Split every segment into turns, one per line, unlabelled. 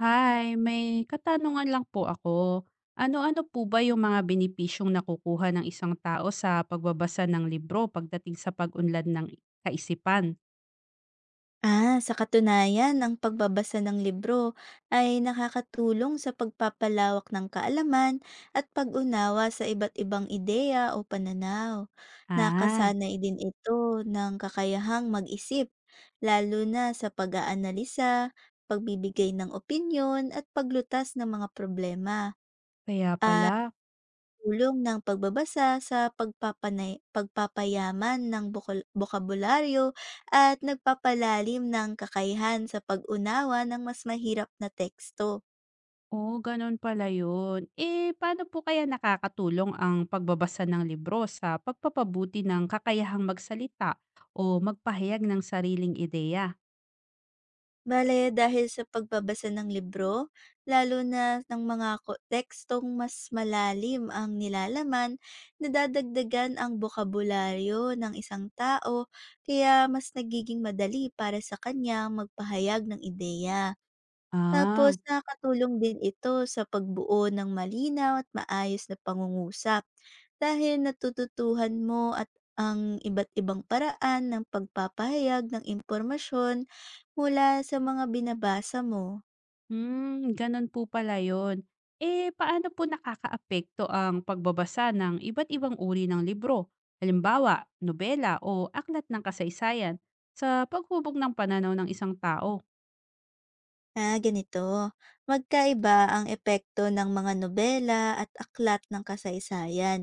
Hi, may katanungan lang po ako. Ano-ano po ba yung mga benepisyong nakukuha ng isang tao sa pagbabasa ng libro pagdating sa pag-unlad ng kaisipan?
Ah, sa katunayan, ang pagbabasa ng libro ay nakakatulong sa pagpapalawak ng kaalaman at pag-unawa sa iba't ibang ideya o pananaw.
Ah,
Nakasanay din ito ng kakayahang mag-isip, lalo na sa pag-aanalisa, pagbibigay ng opinyon at paglutas ng mga problema.
kaya pala.
Tulong ng pagbabasa sa pagpapayaman ng bokabularyo at nagpapalalim ng kakayahan sa pag-unawa ng mas mahirap na teksto.
Oo, ganun pala yun. Eh, paano po kaya nakakatulong ang pagbabasa ng libro sa pagpapabuti ng kakayahang magsalita o magpahayag ng sariling ideya?
Bale, dahil sa pagbabasa ng libro, lalo na ng mga tekstong mas malalim ang nilalaman, nadadagdagan ang bokabularyo ng isang tao kaya mas nagiging madali para sa kanya magpahayag ng ideya. Tapos
Ah.
nakakatulong din ito sa pagbuo ng malinaw at maayos na pangungusap dahil natututuhan mo at ang iba't ibang paraan ng pagpapahayag ng impormasyon mula sa mga binabasa mo.
Hmm, ganun po pala yun. Eh, paano po nakakaapekto ang pagbabasa ng iba't ibang uri ng libro? Halimbawa, nobela o aklat ng kasaysayan sa paghubog ng pananaw ng isang tao.
Ah, ganito. Magkaiba ang epekto ng mga nobela at aklat ng kasaysayan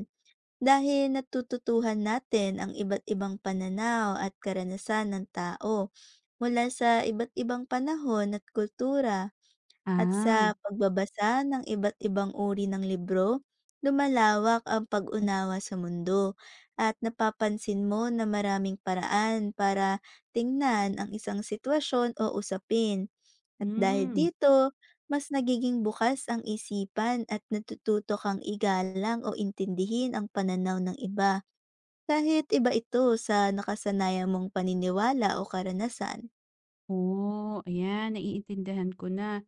dahil natututuhan natin ang iba't ibang pananaw at karanasan ng tao mula sa iba't ibang panahon at kultura. At
Ah,
sa pagbabasa ng iba't ibang uri ng libro, lumalawak ang pag-unawa sa mundo at napapansin mo na maraming paraan para tingnan ang isang sitwasyon o usapin. At dahil
hmm.
dito, mas nagiging bukas ang isipan at natututo kang igalang o intindihin ang pananaw ng iba kahit iba ito sa nakasanayan mong paniniwala o karanasan.
Oo, ayan, naiintindihan ko na.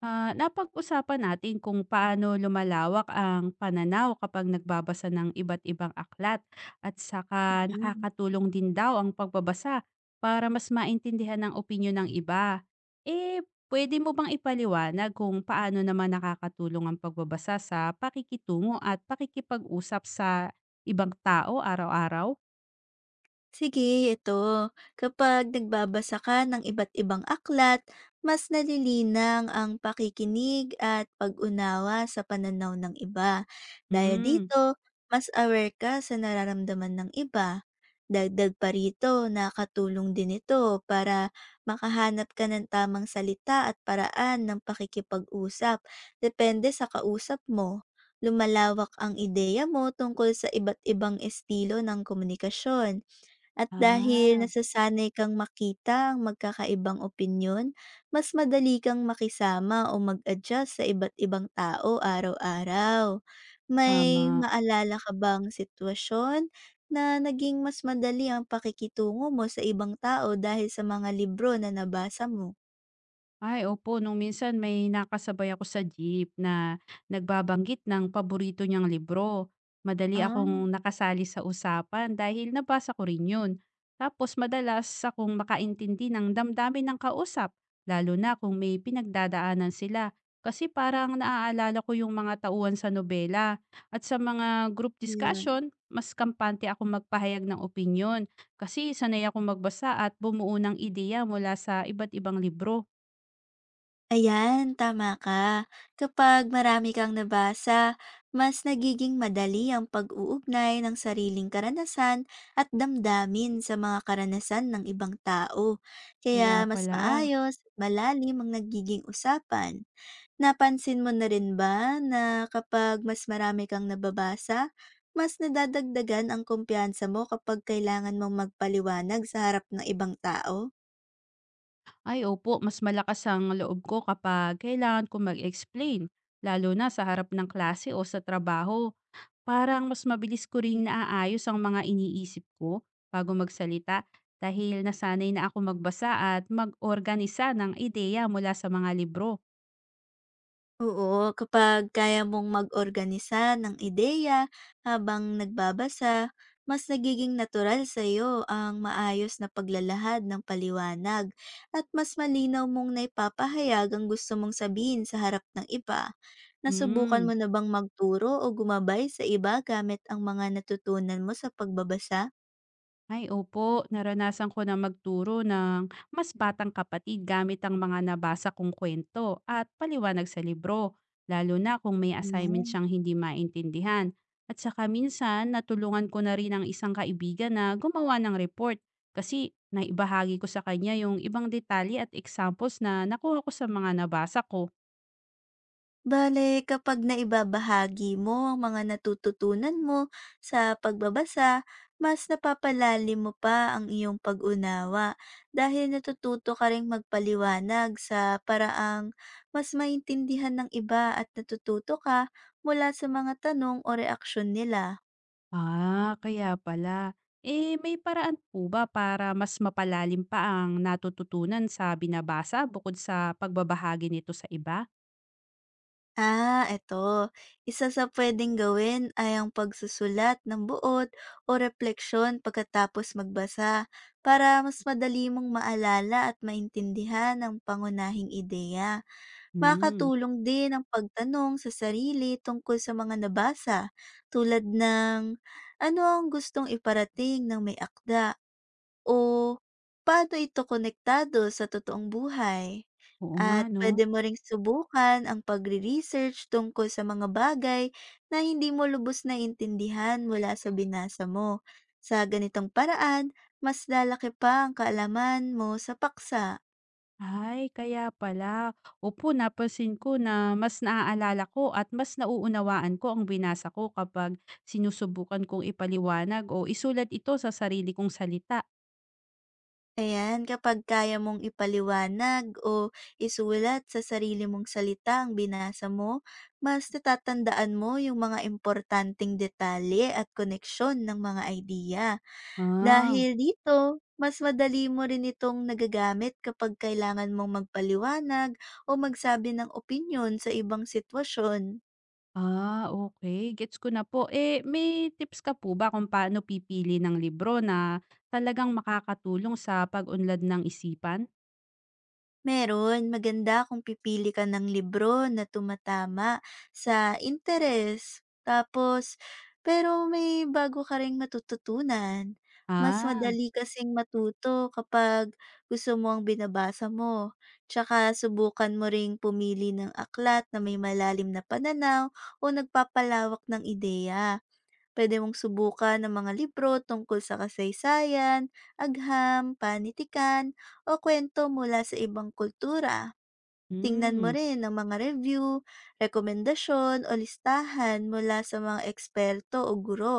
Ah, napag-usapan natin kung paano lumalawak ang pananaw kapag nagbabasa ng iba't ibang aklat at saka
Mhm.
nakakatulong din daw ang pagbabasa para mas maintindihan ang opinyon ng iba. Eh, pwede mo bang ipaliwanag kung paano naman nakakatulong ang pagbabasa sa pakikitungo at pakikipag-usap sa ibang tao araw-araw?
Sige, ito. Kapag nagbabasa ka ng iba't ibang aklat, mas nalilinang ang pakikinig at pag-unawa sa pananaw ng iba. Dahil
Hmm,
dito, mas aware ka sa nararamdaman ng iba. Dagdag pa rito, nakatulong din ito para makahanap ka ng tamang salita at paraan ng pakikipag-usap. Depende sa kausap mo. Lumalawak ang ideya mo tungkol sa iba't ibang estilo ng komunikasyon at dahil
ah,
nasasanay kang makita ang magkakaibang opinyon, mas madali kang makisama o mag-adjust sa iba't ibang tao araw-araw. May
tama.
maalala ka bang sitwasyon na naging mas madali ang pakikitungo mo sa ibang tao dahil sa mga libro na nabasa mo?
Ay, opo. Nung minsan may nakasabay ako sa jeep na nagbabanggit ng paborito niyang libro. Madali
Ah,
akong nakasali sa usapan dahil nabasa ko rin yun. Tapos madalas akong makaintindi ng damdamin ng kausap, lalo na kung may pinagdadaanan sila. Kasi parang naaalala ko yung mga tauhan sa nobela. At sa mga group
yun.
discussion, mas kampante ako magpahayag ng opinyon. Kasi sanay akong magbasa at bumuo ng ideya mula sa iba't ibang libro.
Ayan, tama ka. Kapag marami kang nabasa, mas nagiging madali ang pag-uugnay ng sariling karanasan at damdamin sa mga karanasan ng ibang tao.
Kaya
Kaya mas
pala.
maayos, malalim ang nagiging usapan. Napansin mo na rin ba na kapag mas marami kang nababasa, mas nadadagdagan ang kumpiyansa mo kapag kailangan mong magpaliwanag sa harap ng ibang tao?
Ay, opo, mas malakas ang loob ko kapag kailangan ko mag-explain, lalo na sa harap ng klase o sa trabaho. Parang mas mabilis ko ring naaayos ang mga iniisip ko bago magsalita dahil nasanay na ako magbasa at mag-organisa ng ideya mula sa mga libro.
Oo, kapag kaya mong mag-organisa ng ideya habang nagbabasa, mas nagiging natural sa iyo ang maayos na paglalahad ng paliwanag at mas malinaw mong naipapahayag ang gusto mong sabihin sa harap ng iba. Nasubukan
Hmm.
mo na bang magturo o gumabay sa iba gamit ang mga natutunan mo sa pagbabasa?
Ay, opo, naranasan ko na magturo ng mas batang kapatid gamit ang mga nabasa kong kwento at paliwanag sa libro, lalo na kung may assignment
Ayan.
siyang hindi maintindihan. At saka minsan, natulungan ko na rin ang isang kaibigan na gumawa ng report kasi naibahagi ko sa kanya yung ibang detalye at examples na nakuha ko sa mga nabasa ko.
Bale, kapag naibabahagi mo ang mga natututunan mo sa pagbabasa, mas napapalalim mo pa ang iyong pag-unawa dahil natututo ka ring magpaliwanag sa paraang mas maintindihan ng iba at natututo ka mula sa mga tanong o reaksyon nila.
Ah, kaya pala. Eh, may paraan po ba para mas mapalalim pa ang natututunan sa binabasa bukod sa pagbabahagi nito sa iba?
Ah, eto. Isa sa pwedeng gawin ay ang pagsusulat ng buod o refleksyon pagkatapos magbasa para mas madali mong maalala at maintindihan ang pangunahing ideya.
Hmm,
Makatulong din ang pagtanong sa sarili tungkol sa mga nabasa tulad ng ano ang gustong iparating ng may akda o paano ito konektado sa totoong buhay?
oo nga
At
no.
puwede mo ring subukan ang pagre-research tungkol sa mga bagay na hindi mo lubos na intindihan, mula sa binasa mo. Sa ganitong paraan, mas lalaki pa ang kaalaman mo sa paksa.
Ay, kaya pala. Opo, napansin ko na mas naaalala ko at mas nauunawaan ko ang binasa ko kapag sinusubukan kong ipaliwanag o isulat ito sa sarili kong salita.
Ayan, kapag kaya mong ipaliwanag o isulat sa sarili mong salita ang binasa mo, mas natatandaan mo yung mga importanteng detalye at koneksyon ng mga idea.
Ah,
Dahil dito, mas madali mo rin itong nagagamit kapag kailangan mong magpaliwanag o magsabi ng opinyon sa ibang sitwasyon.
Okay, gets ko na po. Eh, may tips ka po ba kung paano pipili ng libro na talagang makakatulong sa pag-unlad ng isipan?
Meron, maganda kung pipili ka ng libro na tumatama sa interes. Tapos, pero may bago ka ring matututunan. Mas
Ah,
madali kasing matuto kapag gusto mo ang binabasa mo. Tsaka subukan mo ring pumili ng aklat na may malalim na pananaw o nagpapalawak ng ideya. Pwede mong subukan ng mga libro tungkol sa kasaysayan, agham, panitikan, o kwento mula sa ibang kultura. Tingnan mo
hmm,
rin ang mga review, rekomendasyon o listahan mula sa mga eksperto o guro.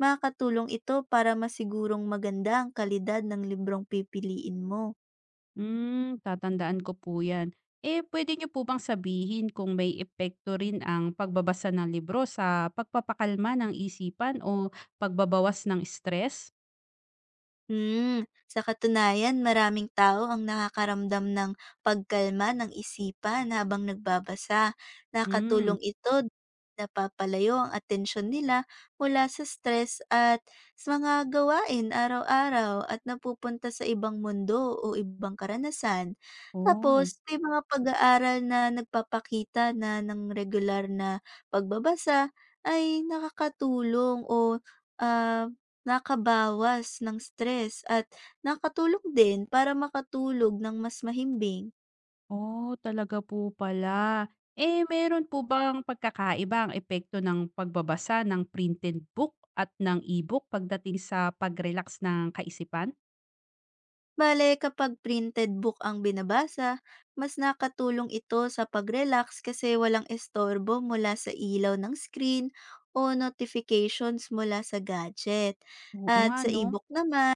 Makakatulong ito para masigurong maganda ang kalidad ng librong pipiliin mo.
hmm, tatandaan ko po 'yan. Eh, pwede niyo po bang sabihin kung may epekto rin ang pagbabasa ng libro sa pagpapakalma ng isipan o pagbabawas ng stress?
Hmm, sa katunayan maraming tao ang nakakaramdam ng pagkalma ng isipan habang nagbabasa.
Hmm,
Nakatulong ito, napapalayo ang atensyon nila mula sa stress at sa mga gawain araw-araw at napupunta sa ibang mundo o ibang karanasan. Tapos
oh.
may mga pag-aaral na nagpapakita na ng regular na pagbabasa ay nakakatulong ah, nakabawas ng stress at nakatulong din para makatulog ng mas mahimbing.
Oh, talaga po pala. Eh, meron po bang pagkakaiba ang epekto ng pagbabasa ng printed book at ng e-book pagdating sa pag-relax ng kaisipan?
Bale, kapag printed book ang binabasa, mas nakatulong ito sa pag-relax kasi walang estorbo mula sa ilaw ng screen o notifications mula sa gadget.
Oo
At
nga,
sa
no?
ebook naman,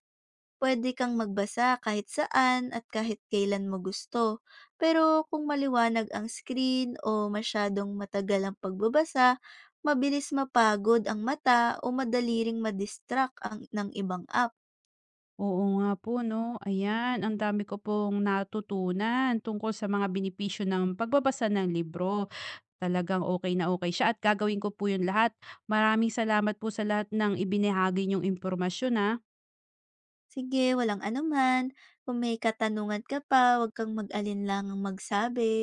pwede kang magbasa kahit saan at kahit kailan mo gusto. Pero kung maliwanag ang screen o masyadong matagal ang pagbabasa, mabilis mapagod ang mata o madali ring madistract ng ibang app.
Oo nga po, no? Ayan, ang dami ko pong natutunan tungkol sa mga benepisyo ng pagbabasa ng libro. Talagang okay na okay siya at gagawin ko po yun lahat. Maraming salamat po sa lahat ng ibinahagi niyong impormasyon, ha?
Sige, walang anuman. Kung may katanungan ka pa, huwag kang mag-alinlangang magsabi.